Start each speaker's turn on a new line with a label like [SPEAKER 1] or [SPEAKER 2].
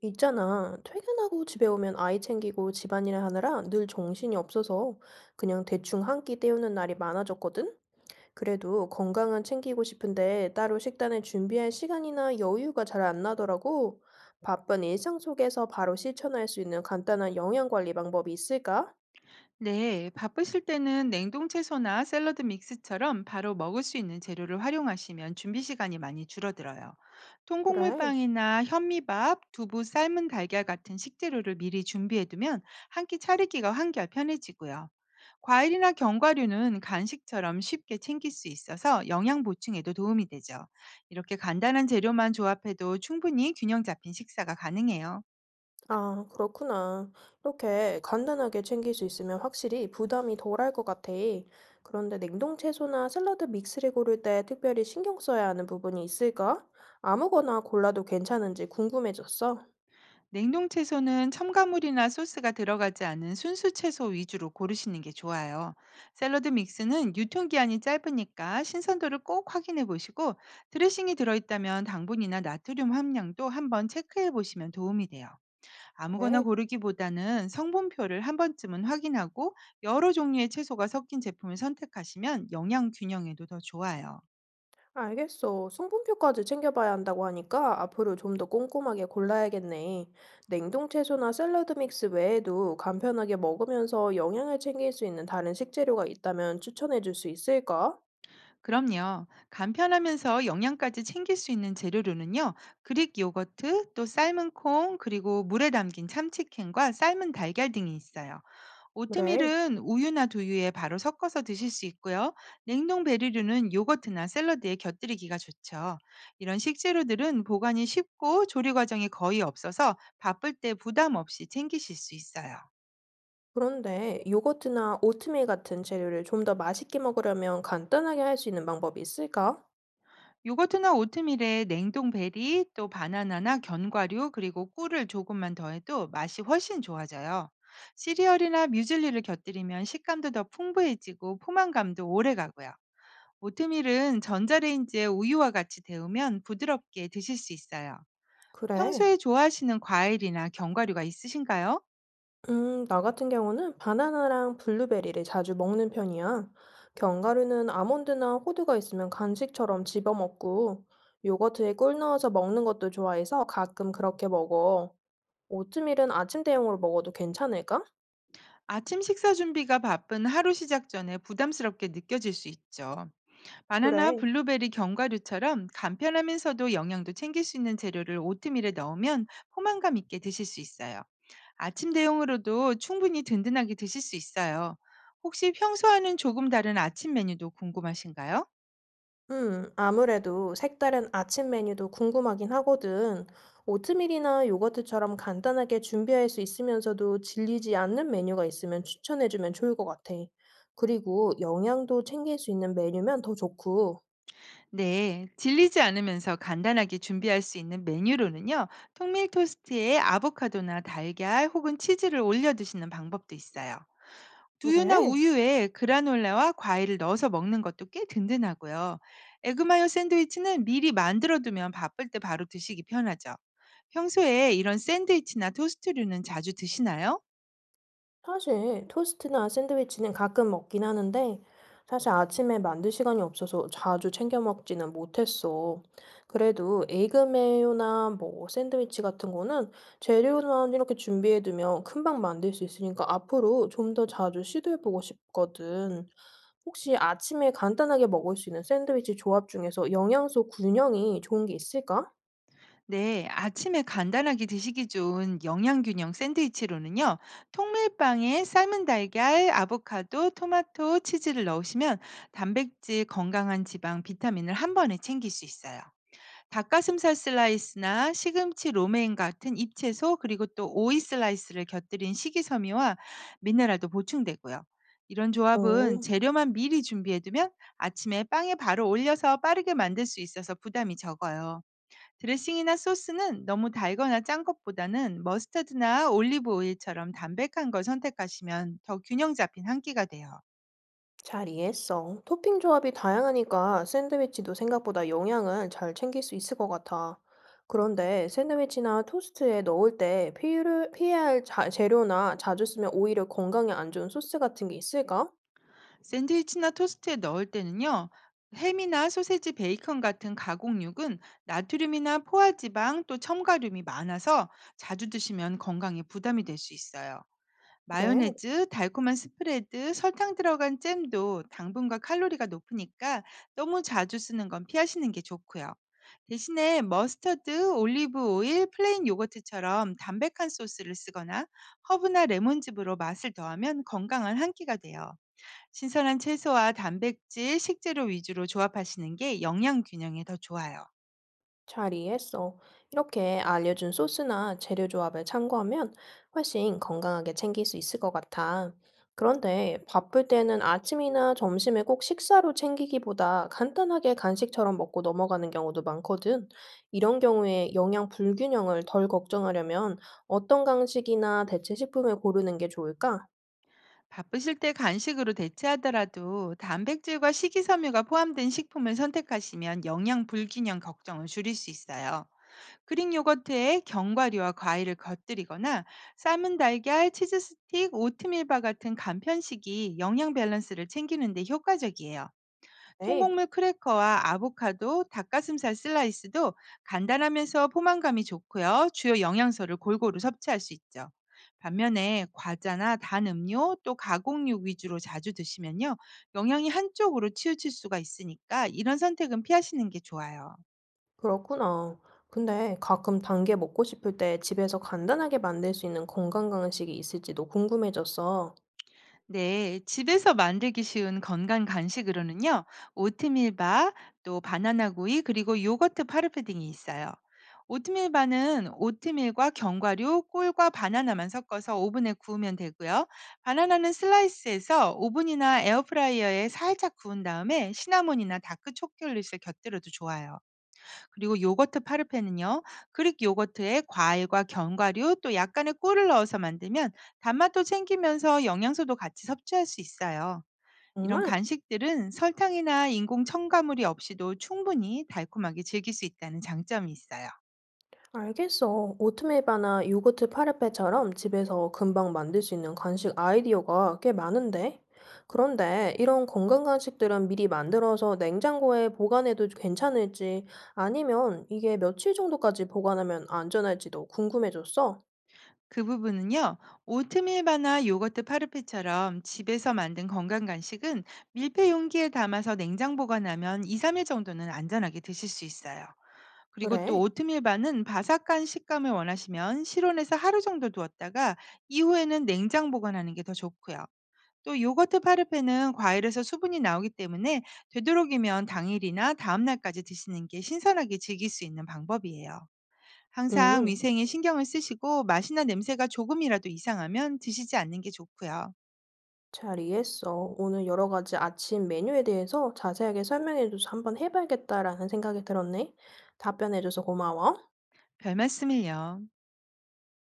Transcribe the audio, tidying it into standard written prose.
[SPEAKER 1] 있잖아. 퇴근하고 집에 오면 아이 챙기고 집안일 하느라 늘 정신이 없어서 그냥 대충 한끼 때우는 날이 많아졌거든? 그래도 건강은 챙기고 싶은데 따로 식단을 준비할 시간이나 여유가 잘 안 나더라고. 바쁜 일상 속에서 바로 실천할 수 있는 간단한 영양 관리 방법이 있을까?
[SPEAKER 2] 네, 바쁘실 때는 냉동 채소나 샐러드 믹스처럼 바로 먹을 수 있는 재료를 활용하시면 준비 시간이 많이 줄어들어요.
[SPEAKER 1] 그래.
[SPEAKER 2] 통곡물빵이나 현미밥, 두부 삶은 달걀 같은 식재료를 미리 준비해두면 한 끼 차리기가 한결 편해지고요. 과일이나 견과류는 간식처럼 쉽게 챙길 수 있어서 영양 보충에도 도움이 되죠. 이렇게 간단한 재료만 조합해도 충분히 균형 잡힌 식사가 가능해요.
[SPEAKER 1] 아, 그렇구나. 이렇게 간단하게 챙길 수 있으면 확실히 부담이 덜할 것 같아. 그런데 냉동 채소나 샐러드 믹스를 고를 때 특별히 신경 써야 하는 부분이 있을까? 아무거나 골라도 괜찮은지 궁금해졌어.
[SPEAKER 2] 냉동 채소는 첨가물이나 소스가 들어가지 않은 순수 채소 위주로 고르시는 게 좋아요. 샐러드 믹스는 유통기한이 짧으니까 신선도를 꼭 확인해 보시고 드레싱이 들어있다면 당분이나 나트륨 함량도 한번 체크해 보시면 도움이 돼요. 아무거나
[SPEAKER 1] 그래,
[SPEAKER 2] 고르기보다는 성분표를 한 번쯤은 확인하고 여러 종류의 채소가 섞인 제품을 선택하시면 영양 균형에도 더 좋아요.
[SPEAKER 1] 알겠어. 성분표까지 챙겨봐야 한다고 하니까 앞으로 좀 더 꼼꼼하게 골라야겠네. 냉동 채소나 샐러드 믹스 외에도 간편하게 먹으면서 영양을 챙길 수 있는 다른 식재료가 있다면 추천해 줄 수 있을까?
[SPEAKER 2] 그럼요. 간편하면서 영양까지 챙길 수 있는 재료로는요. 그릭 요거트, 또 삶은 콩, 그리고 물에 담긴 참치캔과 삶은 달걀 등이 있어요.
[SPEAKER 1] 그래.
[SPEAKER 2] 오트밀은 우유나 두유에 바로 섞어서 드실 수 있고요. 냉동 베리류는 요거트나 샐러드에 곁들이기가 좋죠. 이런 식재료들은 보관이 쉽고 조리 과정이 거의 없어서 바쁠 때 부담 없이 챙기실 수 있어요.
[SPEAKER 1] 그런데 요거트나 오트밀 같은 재료를 좀 더 맛있게 먹으려면 간단하게 할 수 있는 방법이 있을까?
[SPEAKER 2] 요거트나 오트밀에 냉동 베리, 또 바나나나 견과류, 그리고 꿀을 조금만 더해도 맛이 훨씬 좋아져요. 시리얼이나 뮤즐리를 곁들이면 식감도 더 풍부해지고 포만감도 오래 가고요. 오트밀은 전자레인지에 우유와 같이 데우면 부드럽게 드실 수 있어요.
[SPEAKER 1] 그래.
[SPEAKER 2] 평소에 좋아하시는 과일이나 견과류가 있으신가요?
[SPEAKER 1] 나 같은 경우는 바나나랑 블루베리를 자주 먹는 편이야. 견과류는 아몬드나 호두가 있으면 간식처럼 집어 먹고, 요거트에 꿀 넣어서 먹는 것도 좋아해서 가끔 그렇게 먹어. 오트밀은 아침 대용으로 먹어도 괜찮을까?
[SPEAKER 2] 아침 식사 준비가 바쁜 하루 시작 전에 부담스럽게 느껴질 수 있죠. 바나나,
[SPEAKER 1] 그래.
[SPEAKER 2] 블루베리, 견과류처럼 간편하면서도 영양도 챙길 수 있는 재료를 오트밀에 넣으면 포만감 있게 드실 수 있어요. 아침 대용으로도 충분히 든든하게 드실 수 있어요. 혹시 평소와는 조금 다른 아침 메뉴도 궁금하신가요?
[SPEAKER 1] 아무래도 색다른 아침 메뉴도 궁금하긴 하거든. 오트밀이나 요거트처럼 간단하게 준비할 수 있으면서도 질리지 않는 메뉴가 있으면 추천해주면 좋을 것 같아. 그리고 영양도 챙길 수 있는 메뉴면 더 좋고.
[SPEAKER 2] 네, 질리지 않으면서 간단하게 준비할 수 있는 메뉴로는요, 통밀 토스트에 아보카도나 달걀 혹은 치즈를 올려 드시는 방법도 있어요. 두유나
[SPEAKER 1] 그래?
[SPEAKER 2] 우유에 그라놀라와 과일을 넣어서 먹는 것도 꽤 든든하고요. 에그마요 샌드위치는 미리 만들어 두면 바쁠 때 바로 드시기 편하죠. 평소에 이런 샌드위치나 토스트류는 자주 드시나요?
[SPEAKER 1] 사실 토스트나 샌드위치는 가끔 먹긴 하는데 사실 아침에 만들 시간이 없어서 자주 챙겨 먹지는 못했어. 그래도 에그 메요나 뭐 샌드위치 같은 거는 재료만 이렇게 준비해 두면 금방 만들 수 있으니까 앞으로 좀 더 자주 시도해 보고 싶거든. 혹시 아침에 간단하게 먹을 수 있는 샌드위치 조합 중에서 영양소 균형이 좋은 게 있을까?
[SPEAKER 2] 네, 아침에 간단하게 드시기 좋은 영양균형 샌드위치로는요, 통밀빵에 삶은 달걀, 아보카도, 토마토, 치즈를 넣으시면 단백질, 건강한 지방, 비타민을 한 번에 챙길 수 있어요. 닭가슴살 슬라이스나 시금치 로메인 같은 잎채소 그리고 또 오이 슬라이스를 곁들인 식이섬유와 미네랄도 보충되고요. 이런 조합은
[SPEAKER 1] 어.
[SPEAKER 2] 재료만 미리 준비해두면 아침에 빵에 바로 올려서 빠르게 만들 수 있어서 부담이 적어요. 드레싱이나 소스는 너무 달거나 짠 것보다는 머스타드나 올리브 오일처럼 담백한 걸 선택하시면 더 균형 잡힌 한 끼가 돼요.
[SPEAKER 1] 잘 이해했어. 토핑 조합이 다양하니까 샌드위치도 생각보다 영양은 잘 챙길 수 있을 것 같아. 그런데 샌드위치나 토스트에 넣을 때 피해야 할 재료나 자주 쓰면 오히려 건강에 안 좋은 소스 같은 게 있을까?
[SPEAKER 2] 샌드위치나 토스트에 넣을 때는요. 햄이나 소세지, 베이컨 같은 가공육은 나트륨이나 포화지방 또 첨가륨이 많아서 자주 드시면 건강에 부담이 될 수 있어요.
[SPEAKER 1] 그래.
[SPEAKER 2] 마요네즈, 달콤한 스프레드, 설탕 들어간 잼도 당분과 칼로리가 높으니까 너무 자주 쓰는 건 피하시는 게 좋고요. 대신에 머스터드, 올리브 오일, 플레인 요거트처럼 담백한 소스를 쓰거나 허브나 레몬즙으로 맛을 더하면 건강한 한 끼가 돼요. 신선한 채소와 단백질, 식재료 위주로 조합하시는 게 영양 균형에 더 좋아요.
[SPEAKER 1] 잘 이해했어. 이렇게 알려준 소스나 재료 조합을 참고하면 훨씬 건강하게 챙길 수 있을 것 같아. 그런데 바쁠 때는 아침이나 점심에 꼭 식사로 챙기기보다 간단하게 간식처럼 먹고 넘어가는 경우도 많거든. 이런 경우에 영양 불균형을 덜 걱정하려면 어떤 간식이나 대체 식품을 고르는 게 좋을까?
[SPEAKER 2] 바쁘실 때 간식으로 대체하더라도 단백질과 식이섬유가 포함된 식품을 선택하시면 영양 불균형 걱정을 줄일 수 있어요. 그릭 요거트에 견과류와 과일을 곁들이거나 삶은 달걀, 치즈 스틱, 오트밀바 같은 간편식이 영양 밸런스를 챙기는 데 효과적이에요.
[SPEAKER 1] 네,
[SPEAKER 2] 통곡물 크래커와 아보카도, 닭가슴살 슬라이스도 간단하면서 포만감이 좋고요. 주요 영양소를 골고루 섭취할 수 있죠. 반면에 과자나 단 음료 또 가공육 위주로 자주 드시면요. 영양이 한쪽으로 치우칠 수가 있으니까 이런 선택은 피하시는 게 좋아요.
[SPEAKER 1] 그렇구나. 근데 가끔 단계 먹고 싶을 때 집에서 간단하게 만들 수 있는 건강 간식이 있을지도 궁금해졌어.
[SPEAKER 2] 네, 집에서 만들기 쉬운 건강 간식으로는요, 오트밀 바, 또 바나나 구이, 그리고 요거트 파르페딩이 있어요. 오트밀 바는 오트밀과 견과류, 꿀과 바나나만 섞어서 오븐에 구우면 되고요. 바나나는 슬라이스해서 오븐이나 에어프라이어에 살짝 구운 다음에 시나몬이나 다크 초콜릿을 곁들여도 좋아요. 그리고 요거트 파르페는요. 그릭 요거트에 과일과 견과류 또 약간의 꿀을 넣어서 만들면 단맛도 챙기면서 영양소도 같이 섭취할 수 있어요. 이런
[SPEAKER 1] 정말?
[SPEAKER 2] 간식들은 설탕이나 인공 첨가물이 없이도 충분히 달콤하게 즐길 수 있다는 장점이 있어요.
[SPEAKER 1] 알겠어. 오트밀바나 요거트 파르페처럼 집에서 금방 만들 수 있는 간식 아이디어가 꽤 많은데? 그런데 이런 건강 간식들은 미리 만들어서 냉장고에 보관해도 괜찮을지 아니면 이게 며칠 정도까지 보관하면 안전할지도 궁금해졌어.
[SPEAKER 2] 그 부분은요. 오트밀바나 요거트 파르페처럼 집에서 만든 건강 간식은 밀폐 용기에 담아서 냉장 보관하면 2, 3일 정도는 안전하게 드실 수 있어요. 그리고 또
[SPEAKER 1] 그래?
[SPEAKER 2] 오트밀 반은 바삭한 식감을 원하시면 실온에서 하루 정도 두었다가 이후에는 냉장 보관하는 게 더 좋고요. 또 요거트 파르페는 과일에서 수분이 나오기 때문에 되도록이면 당일이나 다음 날까지 드시는 게 신선하게 즐길 수 있는 방법이에요. 항상
[SPEAKER 1] 응,
[SPEAKER 2] 위생에 신경을 쓰시고 맛이나 냄새가 조금이라도 이상하면 드시지 않는 게 좋고요.
[SPEAKER 1] 잘 이해했어. 오늘 여러 가지 아침 메뉴에 대해서 자세하게 설명해줘서 한번 해봐야겠다라는 생각이 들었네. 답변해줘서 고마워.
[SPEAKER 2] 별 말씀을요.